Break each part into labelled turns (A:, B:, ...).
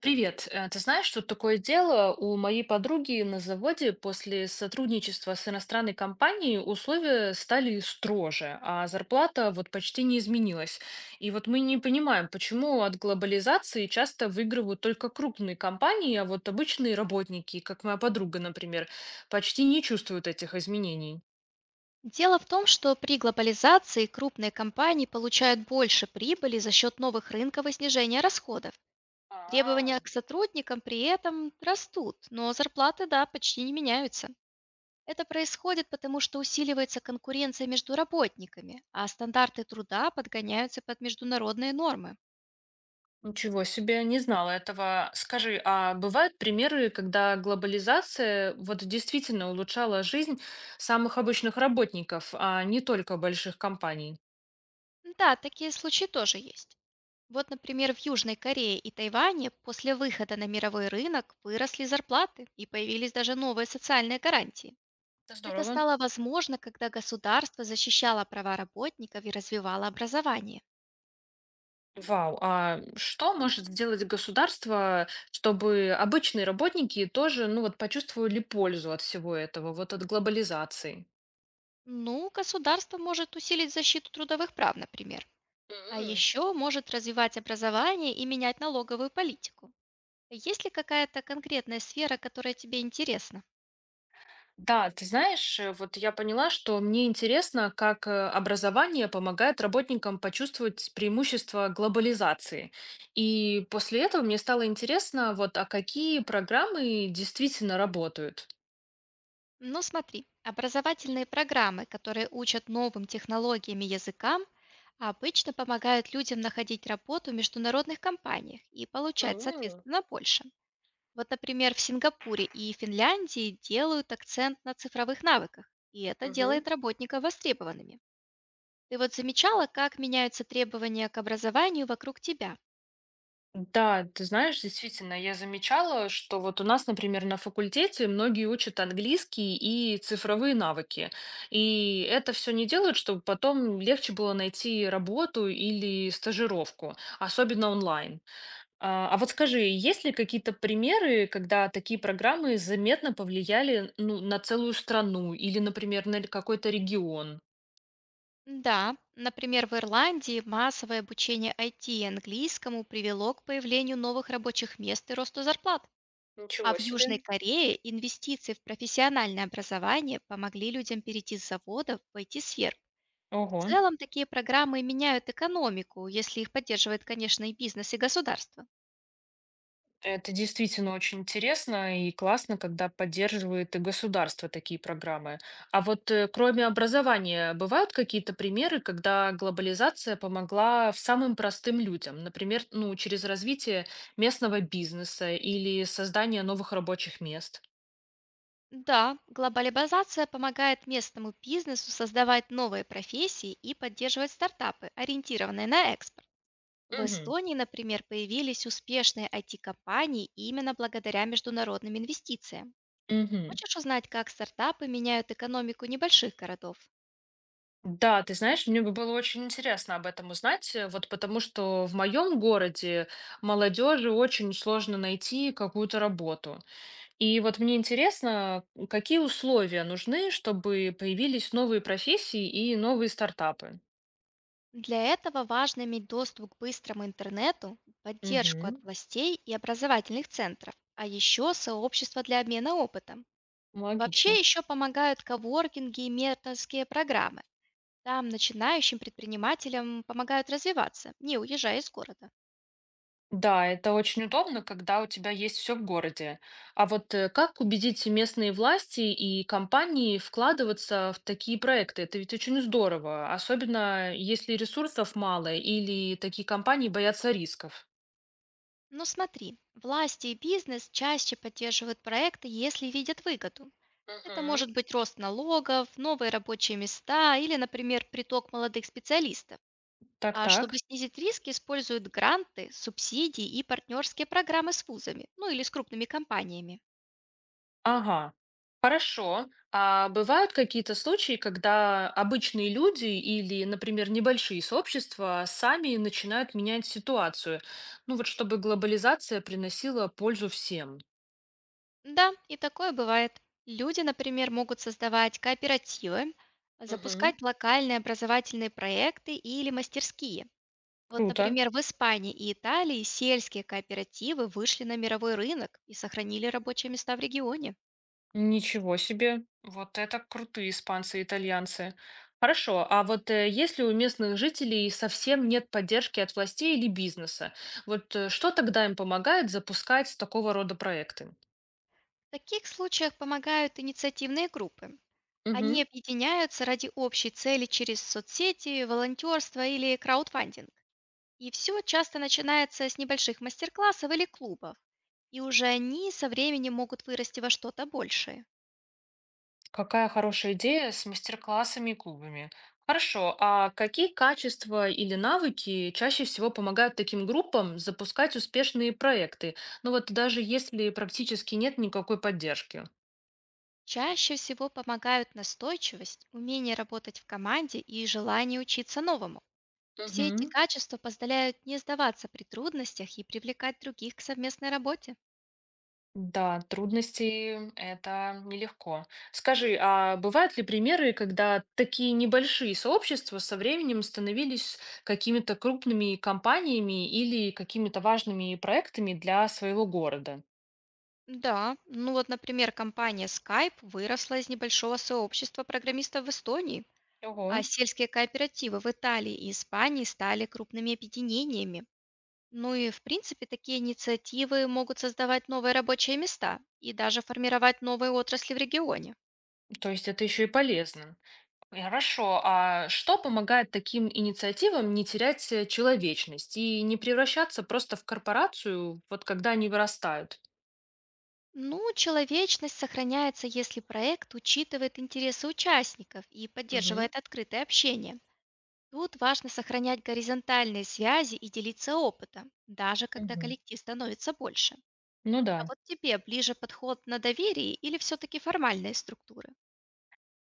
A: Привет. Ты знаешь, что такое дело, у моей подруги на заводе после сотрудничества с иностранной компанией условия стали строже, а зарплата вот почти не изменилась. И вот мы не понимаем, почему от глобализации часто выигрывают только крупные компании, а вот обычные работники, как моя подруга, например, почти не чувствуют этих изменений.
B: Дело в том, что при глобализации крупные компании получают больше прибыли за счет новых рынков и снижения расходов.
A: А.
B: Требования к сотрудникам при этом растут, но зарплаты, да, почти не меняются. Это происходит потому, что усиливается конкуренция между работниками, а стандарты труда подгоняются под международные нормы.
A: Ничего себе, не знала этого. Скажи, а бывают примеры, когда глобализация вот действительно улучшала жизнь самых обычных работников, а не только больших компаний?
B: Да, такие случаи тоже есть. Вот, например, в Южной Корее и Тайване после выхода на мировой рынок выросли зарплаты и появились даже новые социальные гарантии.
A: Это
B: Это
A: здорово.
B: стало возможно, когда государство защищало права работников и развивало образование.
A: Вау. А что может сделать государство, чтобы обычные работники тоже, ну вот, почувствовали пользу от всего этого, вот от глобализации?
B: Ну, государство может усилить защиту трудовых прав, например. А
A: М.
B: еще может развивать образование и менять налоговую политику. Есть ли какая-то конкретная сфера, которая тебе интересна?
A: Да, ты знаешь, вот я поняла, что мне интересно, как образование помогает работникам почувствовать преимущество глобализации. И после этого мне стало интересно, вот, а какие программы действительно работают.
B: Ну смотри, образовательные программы, которые учат новым технологиям и языкам, обычно помогают людям находить работу в международных компаниях и получать,
A: М,
B: соответственно, больше. Вот, например, в Сингапуре и Финляндии делают акцент на цифровых навыках, и это
A: мгм.
B: делает работников востребованными. Ты вот замечала, как меняются требования к образованию вокруг тебя?
A: Да, ты знаешь, действительно, я замечала, что вот у нас, например, на факультете многие учат английский и цифровые навыки. И это все не делают, чтобы потом легче было найти работу или стажировку, особенно онлайн. А вот скажи, есть ли какие-то примеры, когда такие программы заметно повлияли, ну, на целую страну или, например, на какой-то регион?
B: Да, например, в Ирландии массовое обучение IT и английскому привело к появлению новых рабочих мест и росту зарплат. А
A: Ничего
B: в Южной
A: себе.
B: Корее инвестиции в профессиональное образование помогли людям перейти с заводов в IT-сферу. В
A: Ого.
B: целом такие программы меняют экономику, если их поддерживает, конечно, и бизнес, и государство.
A: Это действительно очень интересно и классно, когда поддерживает и государство такие программы. А вот кроме образования, бывают какие-то примеры, когда глобализация помогла самым простым людям, например, ну, через развитие местного бизнеса или создание новых рабочих мест?
B: Да, глобализация помогает местному бизнесу создавать новые профессии и поддерживать стартапы, ориентированные на экспорт. В
A: Мгм.
B: Эстонии, например, появились успешные IT-компании именно благодаря международным инвестициям.
A: Мгм.
B: Хочешь узнать, как стартапы меняют экономику небольших городов?
A: Да, ты знаешь, мне бы было очень интересно об этом узнать, вот потому что в моем городе молодежи очень сложно найти какую-то работу. И вот мне интересно, какие условия нужны, чтобы появились новые профессии и новые стартапы?
B: Для этого важно иметь доступ к быстрому интернету, поддержку от
A: Мгм.
B: властей и образовательных центров, а еще сообщество для обмена опытом.
A: Логично.
B: Вообще еще помогают коворкинги и менторские программы. Там начинающим предпринимателям помогают развиваться, не уезжая из города.
A: Да, это очень удобно, когда у тебя есть все в городе. А вот как убедить местные власти и компании вкладываться в такие проекты? Это ведь очень здорово, особенно если ресурсов мало или такие компании боятся рисков.
B: Но смотри, власти и бизнес чаще поддерживают проекты, если видят выгоду. Это
A: Мгм.
B: может быть рост налогов, новые рабочие места или, например, приток молодых специалистов. А чтобы
A: Так-так.
B: снизить риски, используют гранты, субсидии и партнерские программы с вузами, ну или с крупными компаниями.
A: Ага, хорошо. А бывают какие-то случаи, когда обычные люди или, например, небольшие сообщества сами начинают менять ситуацию? Ну вот чтобы глобализация приносила пользу всем.
B: Да, и такое бывает. Люди, например, могут создавать кооперативы,
A: Угу.
B: запускать локальные образовательные проекты или мастерские. Вот,
A: Круто.
B: например, в Испании и Италии сельские кооперативы вышли на мировой рынок и сохранили рабочие места в регионе.
A: Ничего себе. Вот это крутые испанцы и итальянцы. Хорошо, а вот если у местных жителей совсем нет поддержки от властей или бизнеса, вот что тогда им помогает запускать такого рода проекты?
B: В таких случаях помогают инициативные группы. Они объединяются ради общей цели через соцсети, волонтерство или краудфандинг. И все часто начинается с небольших мастер-классов или клубов. И уже они со временем могут вырасти во что-то большее.
A: Какая хорошая идея с мастер-классами и клубами. Хорошо, а какие качества или навыки чаще всего помогают таким группам запускать успешные проекты? Ну вот даже если практически нет никакой поддержки.
B: Чаще всего помогают настойчивость, умение работать в команде и желание учиться новому. Все эти
A: Мгм.
B: качества позволяют не сдаваться при трудностях и привлекать других к совместной работе.
A: Да, трудности это нелегко. Скажи, а бывают ли примеры, когда такие небольшие сообщества со временем становились какими-то крупными компаниями или какими-то важными проектами для своего города?
B: Да, ну вот, например, компания Skype выросла из небольшого сообщества программистов в Эстонии.
A: Ого.
B: А сельские кооперативы в Италии и Испании стали крупными объединениями. Ну и, в принципе, такие инициативы могут создавать новые рабочие места и даже формировать новые отрасли в регионе.
A: То есть это еще и полезно. И хорошо. А что помогает таким инициативам не терять человечность и не превращаться просто в корпорацию, вот когда они вырастают?
B: Ну, человечность сохраняется, если проект учитывает интересы участников и
A: Мгм.
B: поддерживает открытое общение. Тут важно сохранять горизонтальные связи и делиться опытом, даже когда
A: Мгм.
B: коллектив становится больше.
A: Ну
B: А
A: да.
B: вот тебе ближе подход на доверие или все-таки формальные структуры?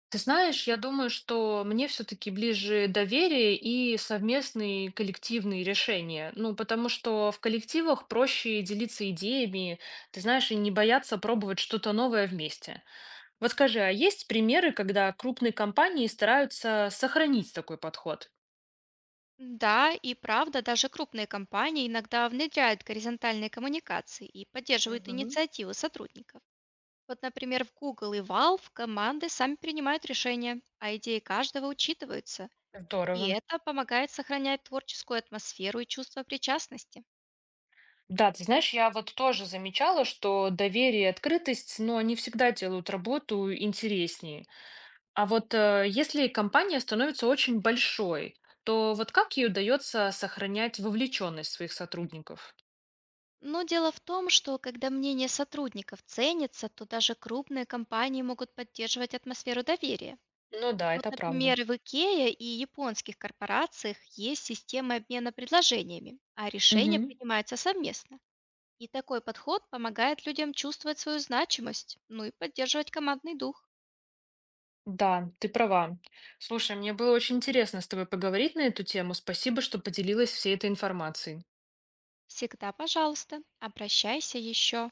A: Ты знаешь, я думаю, что мне все-таки ближе доверие и совместные коллективные решения. Ну, потому что в коллективах проще делиться идеями, ты знаешь, и не бояться пробовать что-то новое вместе. Вот скажи, а есть примеры, когда крупные компании стараются сохранить такой подход?
B: Да, и правда, даже крупные компании иногда внедряют горизонтальные коммуникации и поддерживают
A: Мгм.
B: инициативы сотрудников. Вот, например, в Google и Valve команды сами принимают решения, а идеи каждого учитываются. И
A: Здорово.
B: это помогает сохранять творческую атмосферу и чувство причастности.
A: Да, ты знаешь, я вот тоже замечала, что доверие и открытость, но они всегда делают работу интереснее. А вот если компания становится очень большой, то вот как ей удается сохранять вовлеченность своих сотрудников?
B: Но дело в том, что когда мнение сотрудников ценится, то даже крупные компании могут поддерживать атмосферу доверия.
A: Ну да,
B: Вот,
A: это правда.
B: например, в Икее и японских корпорациях есть система обмена предложениями, а решения
A: Мгм.
B: принимаются совместно. И такой подход помогает людям чувствовать свою значимость, ну и поддерживать командный дух.
A: Да, ты права. Слушай, мне было очень интересно с тобой поговорить на эту тему. Спасибо, что поделилась всей этой информацией.
B: Всегда, пожалуйста, обращайся еще.